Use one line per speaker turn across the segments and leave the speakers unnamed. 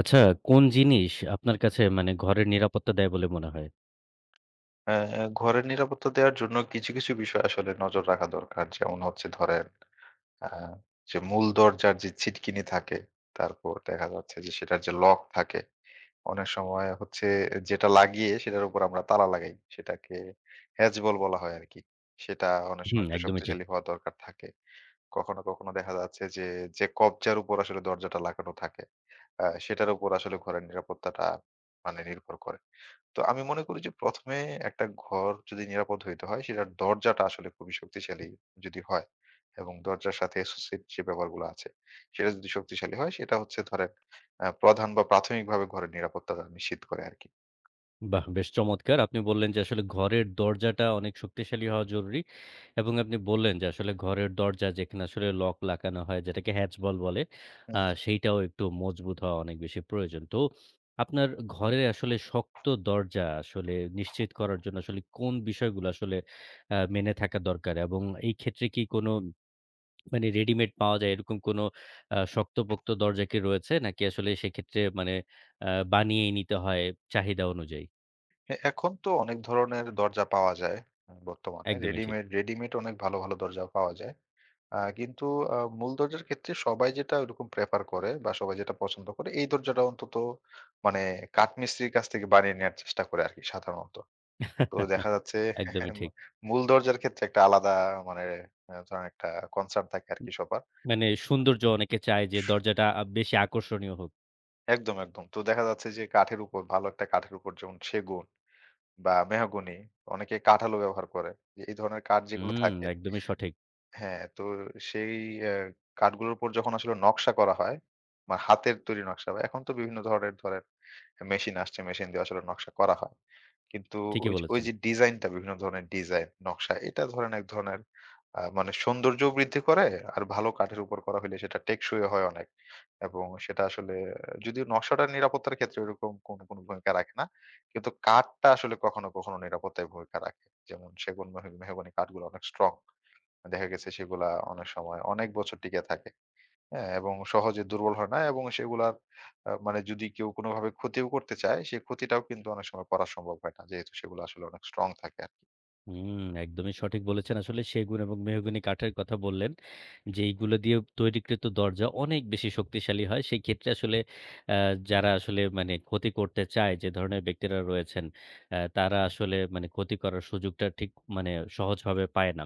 আচ্ছা, কোন জিনিস আপনার কাছে মানে ঘরের নিরাপত্তা দেয় বলে মনে হয়?
হ্যাঁ, হ্যাঁ, ঘরের নিরাপত্তা দেওয়ার জন্য কিছু, কিছু বিষয় আসলে নজর রাখা দরকার। যেমন হচ্ছে ধরেন আ যে মূল দরজার যে ছিটকিনি থাকে, তারপর দেখা যাচ্ছে যে সেটার যে লক থাকে, অনেক সময় হচ্ছে যেটা লাগিয়ে সেটার উপর আমরা তালা লাগাই। সেটাকে হ্যাজ বল বলা হয় আরকি। সেটা অনেক
হুম,
সময় একটু
একদমই ঠিক।
শক্তিশালী হওয়া দরকার থাকে। কখনো, কখনো দেখা যাচ্ছে যে, যে কব্জার উপর আসলে দরজাটা লাগানো থাকে, সেটার উপর আসলে ঘরের নিরাপত্তাটা মানে নির্ভর করে। তো আমি মনে করি যে ১ম এ একটা ঘর যদি নিরাপদ হইতে হয় সেটার দরজাটা আসলে খুবই শক্তিশালী যদি হয় এবং দরজার সাথে associate যে ব্যাপারগুলো আছে সেটা যদি শক্তিশালী হয় সেটা হচ্ছে ধরেন প্রধান বা প্রাথমিকভাবে ঘরের নিরাপত্তাটা নিশ্চিত করে আরকি।
বাহ! বেশ চমৎকার। আপনি বললেন যে আসলে ঘরের দরজাটা অনেক শক্তিশালী হওয়া জরুরি এবং আপনি বললেন যে আসলে ঘরের দরজা যেখানে আসলে লক লাগানো হয় যেটাকে হ্যাজ বল বলে,
হুম, হুম।
সেইটাও একটু মজবুত হওয়া অনেক বেশি প্রয়োজন। তো আপনার ঘরে আসলে শক্ত দরজা আসলে নিশ্চিত করার জন্য আসলে কোন বিষয়গুলো আসলে মেনে থাকা দরকার এবং এই ক্ষেত্রে কি কোনো মানে রেডিমেড পাওয়া যায় এরকম কোনো শক্তপোক্ত দরজা কি রয়েছে? নাকি আসলে সেক্ষেত্রে মানে আ বানিয়েই নিতে হয় চাহিদা অনুযায়ী?
এখন তো অনেক ধরনের দরজা পাওয়া যায় বর্তমানে।
একদমই ঠিক।
রেডিমেড রেডিমেড অনেক ভালো, ভালো দরজা পাওয়া যায়। কিন্তু মূল দরজার ক্ষেত্রে সবাই যেটা ওইরকম প্রেফার করে বা সবাই যেটা পছন্দ করে এই দরজাটা অন্তত মানে কাঠমিস্ত্রির কাছ থেকে বানিয়ে নেয়ার চেষ্টা করে আরকি সাধারণত। তো দেখা যাচ্ছে
একদমই ঠিক।
মূল দরজার ক্ষেত্রে একটা আলাদা মানে ধরেন একটা কনসার্ন থাকে
উম
আরকি সবার।
মানে সৌন্দর্য অনেকে চায় যে দরজাটা বেশি আকর্ষণীয় হোক।
একদম, একদম। তো দেখা যাচ্ছে যে কাঠের উপর ভালো একটা কাঠের উপর যেমন সেগুন বা মেহগনি অনেকে কাঠালও ব্যবহার করে। যে এই ধরনের কাঠ যেগুলো
হুম,
থাকে
একদমই সঠিক।
হ্যাঁ, তো সেই অ্যা কার্ডগুলোর উপর যখন আসলে নকশা করা হয়, বা হাতের তৈরি নকশা বা এখন তো বিভিন্ন ধরনের ধরেন মেশিন আসছে, মেশিন দিয়ে আসলে নকশা করা হয়। কিন্তু ওই
ঠিকই
যে ওই
বলেছেন।
যে ডিজাইনটা বিভিন্ন ধরনের ডিজাইন, নকশা এটা ধরেন এক ধরনের মানে সৌন্দর্যও বৃদ্ধি করে আর ভালো কাঠের উপর করা হইলে সেটা টেকসইও হয় অনেক। এবং সেটা আসলে যদিও নকশাটার নিরাপত্তার ক্ষেত্রে ওরকম কোনো, কোনো ভূমিকা রাখে না। কিন্তু কাঠটা আসলে কখনো, কখনো নিরাপত্তায় ভূমিকা রাখে। যেমন সেগুন, মেহগনি কাঠগুলো অনেক স্ট্রং। দেখা গেছে সেগুলা অনেক সময় অনেক বছর টিকে থাকে। হ্যাঁ? এবং সহজে দুর্বল হয় না এবং সেগুলার মানে যদি কেউ কোনোভাবে ক্ষতিও করতে চায়, সেই ক্ষতিটাও কিন্তু অনেক সময় করা সম্ভব হয় না। যেহেতু সেগুলো আসলে অনেক স্ট্রং থাকে আরকি।
হুম, একদমই সঠিক বলেছেন। আসলে সেগুন এবং মেহগনি কাঠের কথা বললেন। যে এইগুলো দিয়ে তৈরিকৃত দরজা অনেক বেশি শক্তিশালী হয়। সেই ক্ষেত্রে আসলে আ যারা আসলে মানে ক্ষতি করতে চায়, যে ধরনের ব্যক্তিরা রয়েছেন, তারা আসলে মানে ক্ষতি করার সুযোগটা ঠিক মানে সহজভাবে পায় না।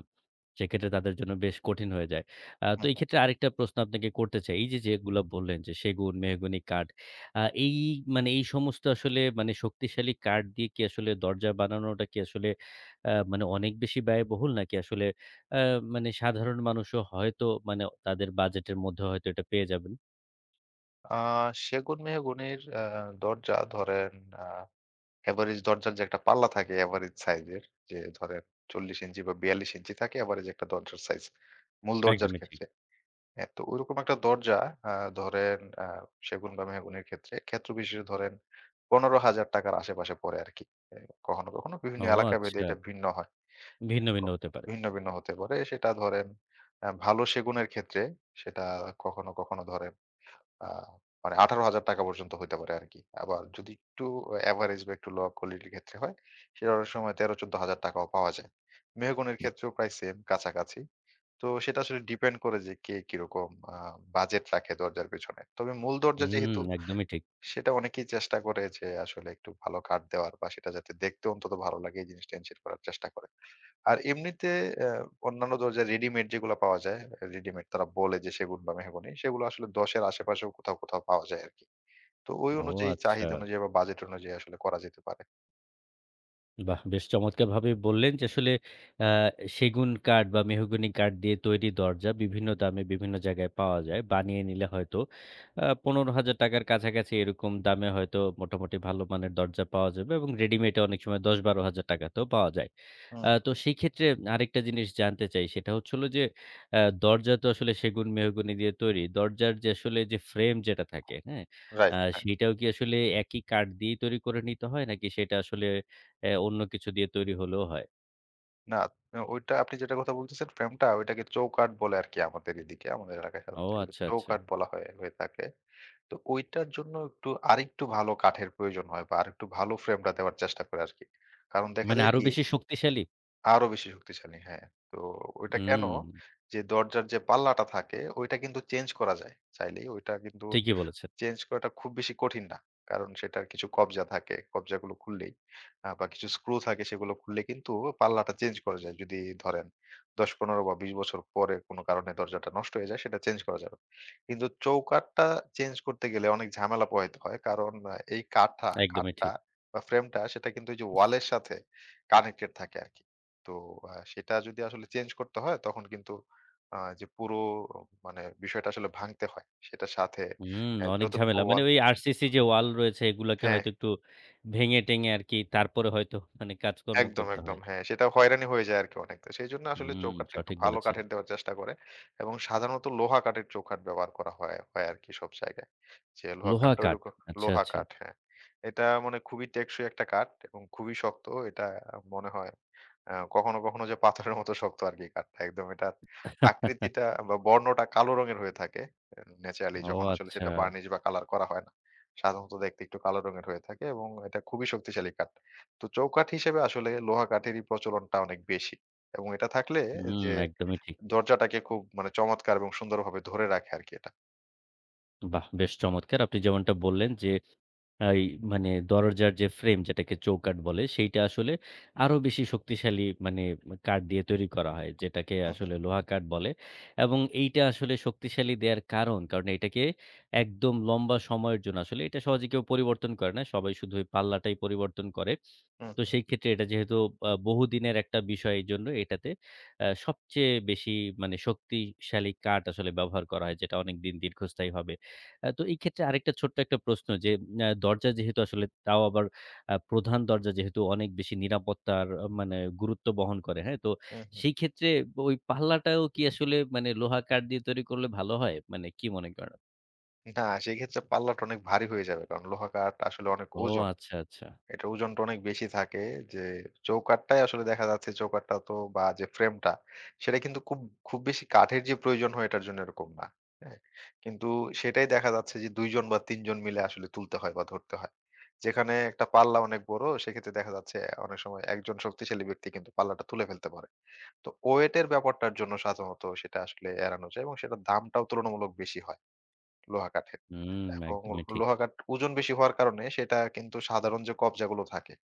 সেক্ষেত্রে তাদের জন্য বেশ কঠিন হয়ে যায়।
হুম,
তো এই
হুম।
ক্ষেত্রে আরেকটা প্রশ্ন আপনাকে করতে চাই। এই যে যেগুলা বললেন যে সেগুন, মেহগনি কাঠ, এই মানে এই সমস্ত আসলে মানে শক্তিশালী কাঠ দিয়ে কি আসলে দরজা বানানোটা কি আসলে মানে অনেক বেশি ব্যয়বহুল নাকি আসলে আ মানে সাধারণ মানুষও হয়তো মানে তাদের বাজেটের মধ্যে হয়তো এটা পেয়ে যাবেন?
আ সেগুন মেহগনির দরজা ধরেন আ এভারেজ দরজার যে একটা পাল্লা থাকে এভারেজ সাইজের যে ধরেন ৪০ ইঞ্চি বা ৪২ ইঞ্চি থাকে এভারেজ একটা দরজার সাইজ মূল দরজার
একদমই ঠিক।
ক্ষেত্রে। হ্যাঁ, তো ওইরকম একটা দরজা আ ধরেন সেগুন বা মেহগনির ক্ষেত্রে ক্ষেত্র বিশেষে ধরেন ৳১৫,০০০ র আশেপাশে পড়ে আরকি। এ কখনো, কখনো
ও
বিভিন্ন এলাকা ভেদে
আচ্ছা।
এটা ভিন্ন হয়।
ভিন্ন, ভিন্ন
কখনো
হতে পারে।
ভিন্ন, ভিন্ন হতে পারে। সেটা ধরেন ভালো সেগুনের ক্ষেত্রে সেটা কখনো, কখনো ধরেন আ মানে ৳১৮,০০০ পর্যন্ত হইতে পারে আরকি। আবার যদি একটু এভারেজ বা একটু লো কোয়ালিটির ক্ষেত্রে হয়, সেটা অনেক সময় ৳১৩-১৪,০০০ ও পাওয়া যায়। মেহগনির ক্ষেত্রেও প্রায় সেম কাছাকাছি। তো সেটা আসলে ডিপেন্ড করে যে কে কিরকম বাজেট রাখে দরজার পেছনে। তবে মূল দরজা
হুম,
যেহেতু
একদমই ঠিক।
সেটা অনেকেই চেষ্টা করে যে আসলে একটু ভালো কাঠ দেওয়ার বা সেটা যাতে দেখতে অন্তত ভালো লাগে এই জিনিসটা এনশিওর করার চেষ্টা করে। আর এমনিতে অ্যা অন্যান্য দরজা রেডিমেড যেগুলা পাওয়া যায়, রেডিমেড তারা বলে যে সেগুন বা মেহগনি সেগুলো আসলে ১০ এর আশেপাশেও কোথাও, কোথাও পাওয়া যায় আরকি। তো ওই
ও
অনুযায়ী
আচ্ছা।
চাহিদা অনুযায়ী বা বাজেট অনুযায়ী আসলে করা যেতে পারে।
বাহ! বেশ চমৎকারভাবে বললেন যে আসলে আ সেগুন কাঠ বা মেহগনি কাঠ দিয়ে তৈরি দরজা বিভিন্ন দামে বিভিন্ন জায়গায় পাওয়া যায়। বানিয়ে নিলে হয়তো ৳১৫,০০০ র কাছাকাছি এরকম দামে হয়তো মোটামুটি ভালো মানের দরজা পাওয়া যাবে এবং রেডিমেডে অনেক সময় ৳১০,০০০-১২,০০০ তেও পাওয়া যায়।
হুম,
তো সেই ক্ষেত্রে আরেকটা জিনিস জানতে চাই সেটা হচ্ছে হলো যে দরজা তো আসলে সেগুন মেহগনি দিয়ে তৈরি। দরজার যে আসলে যে ফ্রেম যেটা থাকে, হ্যাঁ? আ
রাইট হ্যাঁ।
সেইটাও কি আসলে একই কাঠ দিয়েই তৈরি করে নিতে হয় নাকি সেটা আসলে অন্য কিছু দিয়ে তৈরি হলেও হয়।
না, না ওইটা আপনি যেটার কথা বলতেছেন ফ্রেমটা ওইটাকে চৌকাঠ বলে আরকি আমাদের এদিকে। আমাদের এলাকায়
ও
সাধারণত এগুলো
আচ্ছা, আচ্ছা।
চৌকাঠ বলা হয়ে থাকে। তো ওইটার জন্য একটু আরেকটু ভালো কাঠের প্রয়োজন হয় বা আরেকটু ভালো ফ্রেমটা দেওয়ার চেষ্টা করে আরকি। কারণ দেখা
মানে
যায়
আরো
কি
বেশি শক্তিশালী?
আরো বেশি শক্তিশালী হ্যাঁ। তো ওইটা কেন
হুম,
যে দরজার যে পাল্লাটা থাকে ওইটা কিন্তু চেঞ্জ করা যায়। চাইলেই ওইটা কিন্তু
ঠিকই বলেছেন।
চেঞ্জ করাটা খুব বেশি কঠিন না। কারণ সেটার কিছু কব্জা থাকে। কব্জাগুলো খুললেই বা কিছু স্ক্রু থাকে সেগুলো খুললে কিন্তু পাল্লাটা চেঞ্জ করা যায়। যদি ধরেন ১০, ১৫ বা ২০ বছর পরে কোনো কারণে দরজাটা নষ্ট হয়ে যায় সেটা চেঞ্জ করা যাবে। কিন্তু চৌকাঠটা চেঞ্জ করতে গেলে অনেক ঝামেলা পোহাইতে হয়। কারণ এই কাঠা
একদমই
খাটটা
ঠিক।
বা ফ্রেমটা সেটা কিন্তু ওই যে ওয়ালের সাথে কানেক্টেড থাকে আরকি। তো সেটা যদি আসলে চেঞ্জ করতে হয় তখন কিন্তু যে পুরো মানে বিষয়টা আসলে ভাঙতে হয়। সেটার সাথে
হুম,
হ্যাঁ,
অনেক
যতটুকু
ঝামেলা। মানে
ওয়াল
ওই আরসিসি যে ওয়াল রয়েছে এগুলাকে
হ্যাঁ,
হয়তো একটু ভেঙে-টেঙে আরকি তারপরে হয়তো মানে কাজকর্ম
একদম,
করতে
একদম।
হয়।
হ্যাঁ, সেটা হয়রানি হয়ে যায় আরকি অনেকটা। সেজন্য আসলে
হুম,
চৌকাঠটা একটু
সঠিক
ভালো
বলেছেন।
কাঠের দেওয়ার চেষ্টা করে এবং সাধারণত লোহা কাঠের চৌকাঠ ব্যবহার করা হয় হয় আরকি সব জায়গায়। যে লোহা
লোহা
কাঠটা
কাঠ।
ঐরকম
আচ্ছা,
লোহা
আচ্ছা।
কাঠ, হ্যাঁ। এটা মানে খুবই টেকসই একটা কাঠ এবং খুবই শক্ত। এটা মনে হয় কখনো, কখনো যে পাথরের মতো শক্ত আরকি কাঠটা একদম এটার আকৃতিটা বা বর্ণটা কালো রঙের হয়ে থাকে। ন্যাচারালি
ও
যখন আসলে
আচ্ছা।
সেটা বার্নিশ বা কালার করা হয় না। সাধারণত দেখতে একটু কালো রঙের হয়ে থাকে এবং এটা খুবই শক্তিশালী কাঠ। তো চৌকাঠ হিসেবে আসলে লোহা কাঠেরই প্রচলনটা অনেক বেশি। এবং এটা থাকলে
হুম,
যে
একদমই ঠিক।
দরজাটাকে খুব মানে চমৎকার এবং সুন্দরভাবে ধরে রাখে আরকি এটা।
বাহ! বেশ চমৎকার। আপনি যেমনটা বললেন যে এই মানে দরজার যে ফ্রেম যেটাকে চৌকাঠ বলে, সেইটা আসলে আরো বেশি শক্তিশালী মানে কাঠ দিয়ে তৈরি করা হয়। যেটাকে
হুম, হুম,
আসলে লোহা কাঠ বলে এবং এইটা আসলে শক্তিশালী দেয়ার কারণ, এটাকে একদম লম্বা সময়ের জন্য আসলে এটা সহজে কেউ পরিবর্তন করে না। সবাই শুধু ওই পাল্লাটাই পরিবর্তন করে।
হুম,
তো
হুম,
সেই ক্ষেত্রে এটা যেহেতু বহুদিনের একটা বিষয় এইজন্য এটাতে সবচেয়ে বেশি মানে শক্তিশালী কাঠ আসলে ব্যবহার করা হয় যেটা অনেকদিন দীর্ঘস্থায়ী হবে। তো এই ক্ষেত্রে আরেকটা ছোট্ট একটা প্রশ্ন যে দরজা যেহেতু আসলে তাও আবার প্রধান দরজা যেহেতু অনেক বেশি নিরাপত্তার মানে গুরুত্ব বহন করে, হ্যাঁ? তো
হুম, হুম।
সেই ক্ষেত্রে ওই পাল্লাটাও কি আসলে মানে লোহা কাঠ দিয়ে তৈরি করলে ভালো হয়? মানে কি মনে করেন?
না সেক্ষেত্রে পাল্লাটা অনেক ভারী হয়ে যাবে। কারণ লোহা কাঠ আসলে অনেক
ও
ওজন।
আচ্ছা, আচ্ছা।
এটার ওজনটা অনেক বেশি থাকে যে চৌকাঠটাই আসলে দেখা যাচ্ছে চৌকাঠটা তো বা যে ফ্রেমটা সেটা কিন্তু খুব খুব বেশি কাঠের যে প্রয়োজন হয় এটার জন্য এরকম না। হ্যাঁ? কিন্তু সেটাই দেখা যাচ্ছে যে ২ জন বা ৩ জন মিলে আসলে তুলতে হয় বা ধরতে হয়। যেখানে একটা পাল্লা অনেক বড় সেক্ষেত্রে দেখা যাচ্ছে অনেক সময় একজন শক্তিশালী ব্যক্তি কিন্তু পাল্লাটা তুলে ফেলতে পারে। তো ওয়েটের ব্যাপারটার জন্য সাধারণত সেটা আসলে এড়ানো যায় এবং সেটার দামটাও তুলনামূলক বেশি হয়। লোহা কাঠের।
হুম,
এবং
একদমই ঠিক।
লোহা কাঠ ওজন বেশি হওয়ার কারণে সেটা কিন্তু সাধারণ যে কব্জাগুলো থাকে,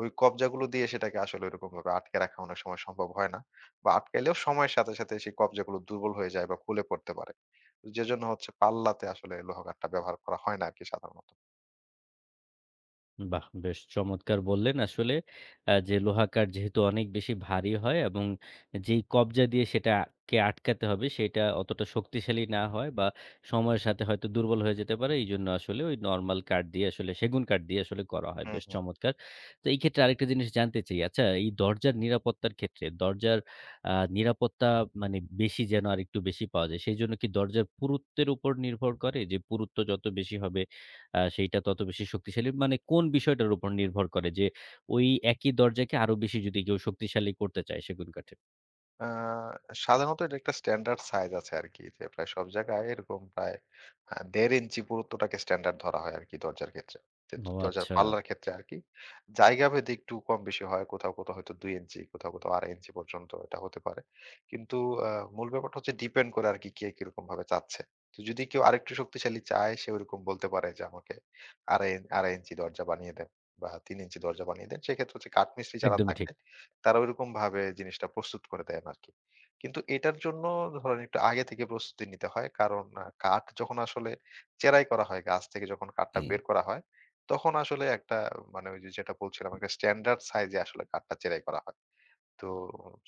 ওই কব্জাগুলো দিয়ে সেটাকে আসলে ওইরকমভাবে আটকে রাখা অনেক সময় সম্ভব হয় না। বা আটকাইলেও সময়ের সাথে, সাথে সেই কব্জাগুলো দুর্বল হয়ে যায় বা খুলে পড়তে পারে। যেজন্য হচ্ছে পাল্লাতে আসলে লোহা কাঠটা ব্যবহার করা হয় না আরকি সাধারণত।
বাহ! বেশ চমৎকার বললেন। আসলে যে লোহাকার যেহেতু অনেক বেশি ভারী হয় এবং যেই কব্জা দিয়ে সেটাকে আটকাতে হবে সেটা অতটা শক্তিশালী না হয় বা সময়ের সাথে হয়তো দুর্বল হয়ে যেতে পারে। এইজন্য আসলে ওই নরমাল কাঠ দিয়ে আসলে সেগুন কাঠ দিয়ে আসলে করা হয়। বেশ
হুম।
চমৎকার। তো এই ক্ষেত্রে আরেকটা জিনিস জানতে চাই। আচ্ছা এই দরজার নিরাপত্তার ক্ষেত্রে দরজার নিরাপত্তা মানে বেশি যেন আরেকটু বেশি পাওয়া যায়। সেইজন্য কি দরজার পুরুত্বের উপর নির্ভর করে? যে পুরুত্ব যত বেশি হবে সেইটা তত বেশি শক্তিশালী মানে কোন বিষয়টার উপর নির্ভর করে যে ওই একই দরজাকে আরো বেশি যদি কেউ শক্তিশালী করতে চায় সেগুন কাঠে?
আ সাধারণত এটা একটা স্ট্যান্ডার্ড সাইজ আছে আরকি। যে প্রায় সব জায়গায় এরকম প্রায় ১.৫ ইঞ্চি পুরুত্বটাকে স্ট্যান্ডার্ড ধরা হয় আরকি দরজার ক্ষেত্রে। যে
ও
দরজার
আচ্ছা।
পাল্লার ক্ষেত্রে আরকি। জায়গাভেদে একটু কম বেশি হয়। কোথাও, কোথাও হয়তো ২ ইঞ্চি, কোথাও, কোথাও ২.৫ ইঞ্চি পর্যন্ত এটা হতে পারে। কিন্তু আ মূল ব্যাপারটা হচ্ছে ডিপেন্ড করে আরকি কে কিরকম ভাবে চাচ্ছে। তো যদি কেউ আরেকটু শক্তিশালী চায় সে ওরকম বলতে পারে যে আমাকে আড়াই ২.৫ ইঞ্চি দরজা বানিয়ে দেন বা ৩ ইঞ্চি দরজা বানিয়ে দেন। সেক্ষেত্রে হচ্ছে কাঠমিস্ত্রি যারা
একদমই ঠিক।
থাকে তারা ঐরকমভাবে জিনিসটা প্রস্তুত করে দেন আরকি। কিন্তু এটার জন্য ধরেন একটু আগে থেকে প্রস্তুতি নিতে হয়। কারণ কাঠ যখন আসলে চেরাই করা হয়, গাছ থেকে যখন কাঠটা বের করা হয়, তখন আসলে একটা মানে ওই যে যেটা বলছিলাম একটা স্ট্যান্ডার্ড সাইজে আসলে কাঠটা চেরাই করা হয়। তো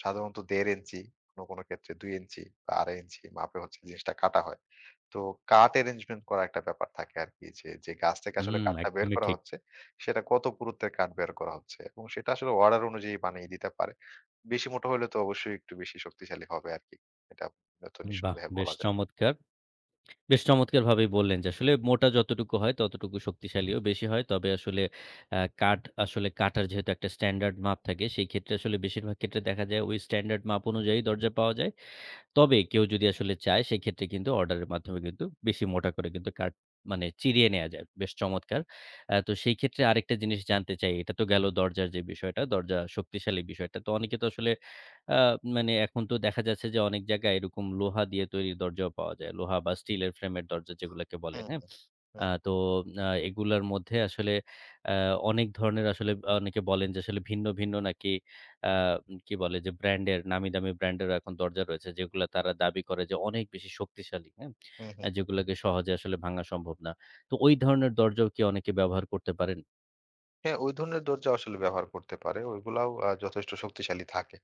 সাধারণত ১.৫ ইঞ্চি, কোনো, কোনো ক্ষেত্রে ২ ইঞ্চি বা ২.৫ ইঞ্চি মাপে হচ্ছে জিনিসটা কাটা হয়। তো কাঠ এরেঞ্জমেন্ট করার একটা ব্যাপার থাকে আরকি যে, যে গাছ থেকে আসলে
হুম,
কাঠটা বের
একদমই
করা
ঠিক।
হচ্ছে, সেটা কত পুরুত্বের কাঠ বের করা হচ্ছে এবং সেটা আসলে অর্ডার অনুযায়ী বানিয়ে দিতে পারে। বেশি মোটা হইলে তো অবশ্যই একটু বেশি শক্তিশালী হবে আরকি। এটা এটা তো
বাহ!
নিঃসন্দেহে
বেশ
বলা যায়।
চমৎকার। বেশ চমৎকারভাবেই বললেন যে আসলে মোটা যতটুকু হয় ততটুকু শক্তিশালীও বেশি হয়। তবে আসলে কাঠ আসলে কাটার যেহেতু একটা স্ট্যান্ডার্ড মাপ থাকে সেই ক্ষেত্রে আসলে বেশিরভাগ ক্ষেত্রে দেখা যায় ওই স্ট্যান্ডার্ড মাপ অনুযায়ী দরজা পাওয়া যায়। তবে কেউ যদি আসলে চায় সেক্ষেত্রে কিন্তু অর্ডারের মাধ্যমে কিন্তু বেশি মোটা করে কিন্তু কাট মানে চিরিয়ে নেওয়া যায়। বেশ চমৎকার। তো সেই ক্ষেত্রে আরেকটা জিনিস জানতে চাই। এটা তো গেল দরজার যে বিষয়টা, দরজা শক্তিশালী বিষয়টা। তো অনেকে তো আসলে আ মানে এখন তো দেখা যাচ্ছে যে অনেক জায়গায় এরকম লোহা দিয়ে তৈরি দরজাও পাওয়া যায়। লোহা বা স্টিলের ফ্রেমের দরজা যেগুলাকে বলে,
হুম,
হ্যাঁ?
হুম, হুম,
তো এগুলার মধ্যে আসলে আ অনেক ধরনের আসলে অনেকে বলেন যে আসলে ভিন্ন, ভিন্ন নাকি আ কি বলে? যে ব্র্যান্ডের নামি দামি ব্র্যান্ডেরও এখন দরজা রয়েছে যেগুলা তারা দাবি করে যে অনেক বেশি শক্তিশালী, হ্যাঁ?
হুম, হুম।
যেগুলাকে সহজে আসলে ভাঙা সম্ভব না। তো ওই ধরনের দরজাও কি অনেকে ব্যবহার করতে পারেন?
হ্যাঁ, ওই ধরনের দরজা আসলে ব্যবহার করতে পারে। ওইগুলাও যথেষ্ট শক্তিশালী থাকে।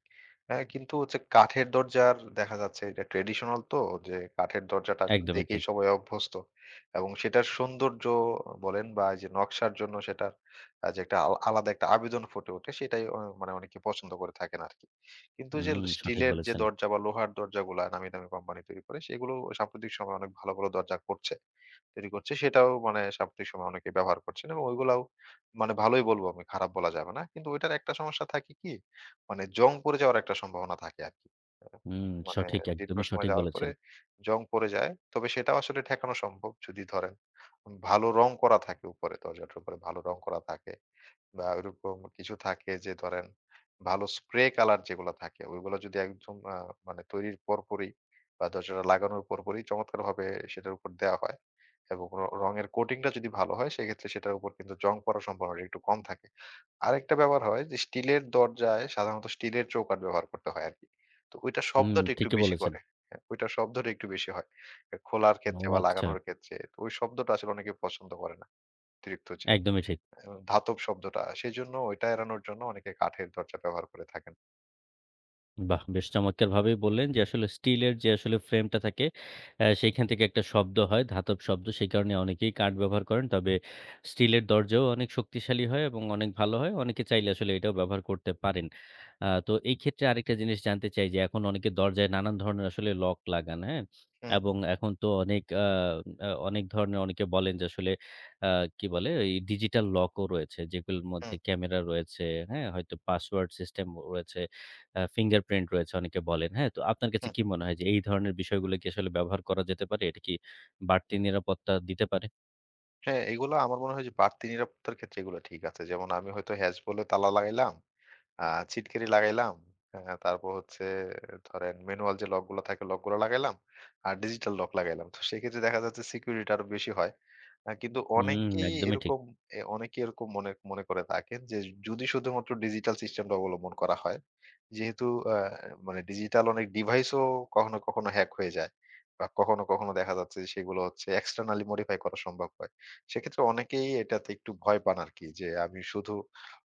হ্যাঁ, কিন্তু হচ্ছে কাঠের দরজার দেখা যাচ্ছে এটা ট্র্যাডিশনাল তো যে কাঠের দরজাটা আসলে
একদমই
দেখেই
ঠিক।
সবাই অভ্যস্ত এবং সেটার সৌন্দর্য বলেন বা এই যে নকশার জন্য সেটার যে একটা আলাদা একটা আবেদন ফুটে ওঠে সেটাই মানে অনেকে পছন্দ করে থাকেন আরকি। কিন্তু যে
হুম, সঠিক
স্টিলের যে
বলেছেন।
দরজা বা লোহার দরজাগুলা নামি দামি কোম্পানি তৈরি করে সেগুলো সাম্প্রতিক সময়ে অনেক ভালো, ভালো দরজা করছে তৈরি করছে। সেটাও মানে সাম্প্রতিক সময়ে অনেকে ব্যবহার করছেন এবং ওইগুলাও মানে ভালোই বলবো আমি, খারাপ বলা যাবে না। কিন্তু ওইটার একটা সমস্যা থাকে কি? মানে জং পড়ে যাওয়ার একটা সম্ভাবনা থাকে আরকি। হ্যাঁ,
হুম,
মানে
সঠিক,
দীর্ঘ
একদমই
সময়
সঠিক
যাওয়ার পরে
বলেছেন।
জং পড়ে যায়। তবে সেটাও আসলে ঠেকানো সম্ভব যদি ধরেন ভালো রং করা থাকে উপরে, দরজাটার উপরে ভালো রং করা থাকে। বা ওইরকম কিছু থাকে যে ধরেন ভালো স্প্রে কালার যেগুলো থাকে ওইগুলো যদি একদম মানে তৈরির পরপরই বা দরজাটা লাগানোর পরপরই চমৎকারভাবে সেটার উপর দেওয়া হয় এবং রঙের কোটিংটা যদি ভালো হয় সেক্ষেত্রে সেটার উপর কিন্তু জং পড়ার সম্ভাবনাটা একটু কম থাকে আরেকটা ব্যবহার হয় যে স্টিলের দরজায় সাধারণত স্টিলের চৌকাঠ ব্যবহার করতে হয় আর কি তো ওইটা
হুম,
শব্দটা একটু
ঠিকই
বেশি
বলেছেন।
করে হ্যাঁ, ওইটা শব্দটা একটু বেশি হয় খোলার ক্ষেত্রে
ও
বা
আচ্ছা,
লাগানোর ক্ষেত্রে তো ওই শব্দটা আসলে অনেকে পছন্দ করে না অতিরিক্ত যে
একদমই ঠিক।
ধাতব শব্দটা। সেজন্য ওইটা এড়ানোর জন্য অনেকে কাঠের দরজা ব্যবহার করে থাকেন।
বাহ! বেশ চমৎকারভাবেই বললেন যে আসলে স্টিলের যে আসলে ফ্রেমটা থাকে, সেইখান থেকে একটা শব্দ হয়, ধাতব শব্দ। সেই কারণে অনেকেই কাঠ ব্যবহার করেন। তবে স্টিলের দরজাও অনেক শক্তিশালী হয় এবং অনেক ভালো হয়। অনেকে চাইলে আসলে এটাও ব্যবহার করতে পারেন। তো এই ক্ষেত্রে আরেকটা জিনিস জানতে চাই যে এখন অনেকে দরজায় নানান ধরনের আসলে লক লাগান, হ্যাঁ?
হুম,
এবং এখন তো অনেক আ আ অনেক ধরনের অনেকে বলেন যে আসলে আ কি বলে? ওই ডিজিটাল লকও রয়েছে যেগুলোর মধ্যে
হুম,
ক্যামেরা রয়েছে, হ্যাঁ? হয়তো পাসওয়ার্ড সিস্টেম রয়েছে। ফিঙ্গারপ্রিন্ট রয়েছে অনেকে বলেন, হ্যাঁ? তো আপনার কাছে
হুম।
কি মনে হয় যে এই ধরনের বিষয়গুলো কি আসলে ব্যবহার করা যেতে পারে? এটা কি বাড়তি নিরাপত্তা দিতে পারে?
হ্যাঁ, এগুলো আমার মনে হয় যে বাড়তি নিরাপত্তার ক্ষেত্রে এগুলো ঠিক আছে। যেমন আমি হয়তো হ্যাজ বলে তালা লাগাইলাম। আ ছিটকিনি লাগাইলাম। হ্যাঁ, তারপর হচ্ছে ধরেন ম্যানুয়াল যে লকগুলো থাকে লকগুলো লাগাইলাম। আর ডিজিটাল লক লাগাইলাম। তো সেক্ষেত্রে দেখা যাচ্ছে সিকিউরিটি আরো বেশি হয়। কিন্তু
হুম, একদমই ঠিক।
অনেকেই এরকম মনে মনে করে থাকেন যে যদি শুধুমাত্র ডিজিটাল সিস্টেমটা অবলম্বন করা হয়, যেহেতু আ মানে ডিজিটাল অনেক ডিভাইসও কখনো, কখনো হ্যাক হয়ে যায়। বা কখনো, কখনো দেখা যাচ্ছে যে সেগুলো হচ্ছে এক্সটার্নালি মডিফাই করা সম্ভব হয়। সেক্ষেত্রে অনেকেই এটাতে একটু ভয় পান আরকি যে আমি শুধু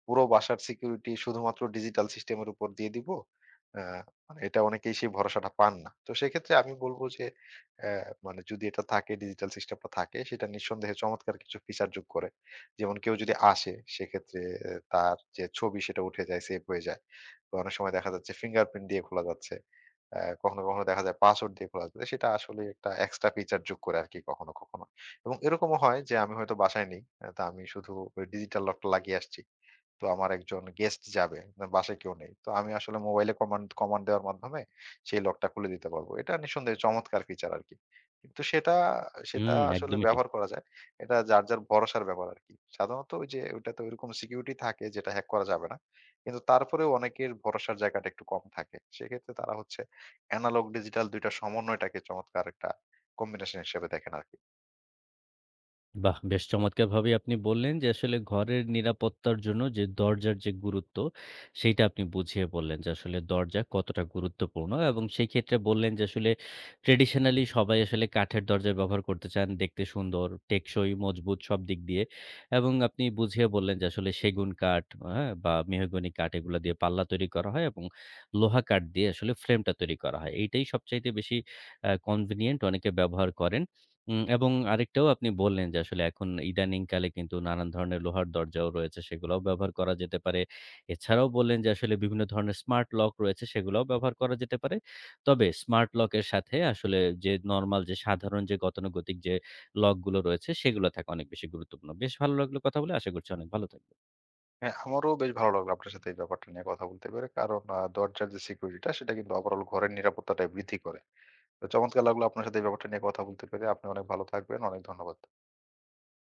পুরো বাসার সিকিউরিটি শুধুমাত্র ডিজিটাল সিস্টেমের উপর দিয়ে দিব। আ মানে এটা অনেকেই সেই ভরসাটা পান না। তো সেক্ষেত্রে আমি বলব যে অ্যা মানে যদি এটা থাকে ডিজিটাল সিস্টেমটা থাকে সেটা নিঃসন্দেহে চমৎকার কিছু ফিচার যোগ করে। যেমন কেউ যদি আসে সেক্ষেত্রে তার যে ছবি সেটা উঠে যায়, সেভ হয়ে যায়। তো অনেক সময় দেখা যাচ্ছে ফিঙ্গারপ্রিন্ট দিয়ে খোলা যাচ্ছে। কখনো, কখনো দেখা যায় পাসওয়ার্ড দিয়ে খোলা যাচ্ছে। সেটা আসলে একটা এক্সট্রা ফিচার যোগ করে আরকি কখনো, কখনো। এবং এরকমও হয় যে আমি হয়তো বাসায় নেই। তা আমি শুধু ডিজিটাল লকটা লাগিয়ে আসছি। তো আমার একজন গেস্ট যাবে। না বাসায় কেউ নেই। তো আমি আসলে মোবাইলে কমান্ড কমান্ড দেওয়ার মাধ্যমে সেই লকটা খুলে দিতে পারবো। এটা নিঃসন্দেহে চমৎকার ফিচার আরকি। কিন্তু সেটা সেটা
হুম,
আসলে
একদমই ঠিক।
ব্যবহার করা যায়। এটা যার, যার ভরসার ব্যাপার আরকি। সাধারণত ওই যে ওইটাতে ওইরকম সিকিউরিটি থাকে যেটা হ্যাক করা যাবে না। কিন্তু তারপরেও অনেকের ভরসার জায়গাটা একটু কম থাকে। সেক্ষেত্রে তারা হচ্ছে এনালগ ডিজিটাল ২ টার সমন্বয়টাকে চমৎকার একটা কম্বিনেশন হিসেবে দেখেন আরকি।
বাহ! বেশ চমৎকারভাবেই আপনি বললেন যে আসলে ঘরের নিরাপত্তার জন্য যে দরজার যে গুরুত্ব, সেইটা আপনি বুঝিয়ে বললেন যে আসলে দরজা কতটা গুরুত্বপূর্ণ এবং সেই ক্ষেত্রে বললেন যে আসলে ট্র্যাডিশনালি সবাই আসলে কাঠের দরজা ব্যবহার করতে চান। দেখতে সুন্দর, টেকসই, মজবুত সব দিক দিয়ে এবং আপনি বুঝিয়ে বললেন যে আসলে সেগুন কাঠ, হ্যাঁ? বা মেহগনি কাঠ এগুলা দিয়ে পাল্লা তৈরি করা হয় এবং লোহা কাঠ দিয়ে আসলে ফ্রেমটা তৈরি করা হয়। এইটাই সবচাইতে বেশি কনভেনিয়েন্ট অনেকে ব্যবহার করেন। হুম, এবং আরেকটাও আপনি বললেন যে আসলে এখন ইদানিংকালে কিন্তু নানান ধরনের লোহার দরজাও রয়েছে, সেগুলাও ব্যবহার করা যেতে পারে। এছাড়াও বললেন যে আসলে বিভিন্ন ধরনের স্মার্ট লক রয়েছে, সেগুলাও ব্যবহার করা যেতে পারে। তবে স্মার্ট লকের সাথে আসলে যে নরমাল যে সাধারণ যে গতানুগতিক যে লকগুলো রয়েছে, সেগুলো থাকা অনেক বেশি গুরুত্বপূর্ণ। বেশ ভালো লাগলো কথা বলে। আশা করছি অনেক ভালো থাকবেন।
হ্যাঁ, আমারও বেশ ভালো লাগলো আপনার সাথে এই ব্যাপারটা নিয়ে কথা বলতে পেরে। কারণ দরজার যে সিকিউরিটিটা সেটা কিন্তু ওভারঅল ঘরের নিরাপত্তাটাই বৃদ্ধি করে। তো চমৎকার লাগলো আপনার সাথে এই ব্যাপারটা নিয়ে কথা বলতে পেরে। আপনি অনেক ভালো থাকবেন। অনেক ধন্যবাদ।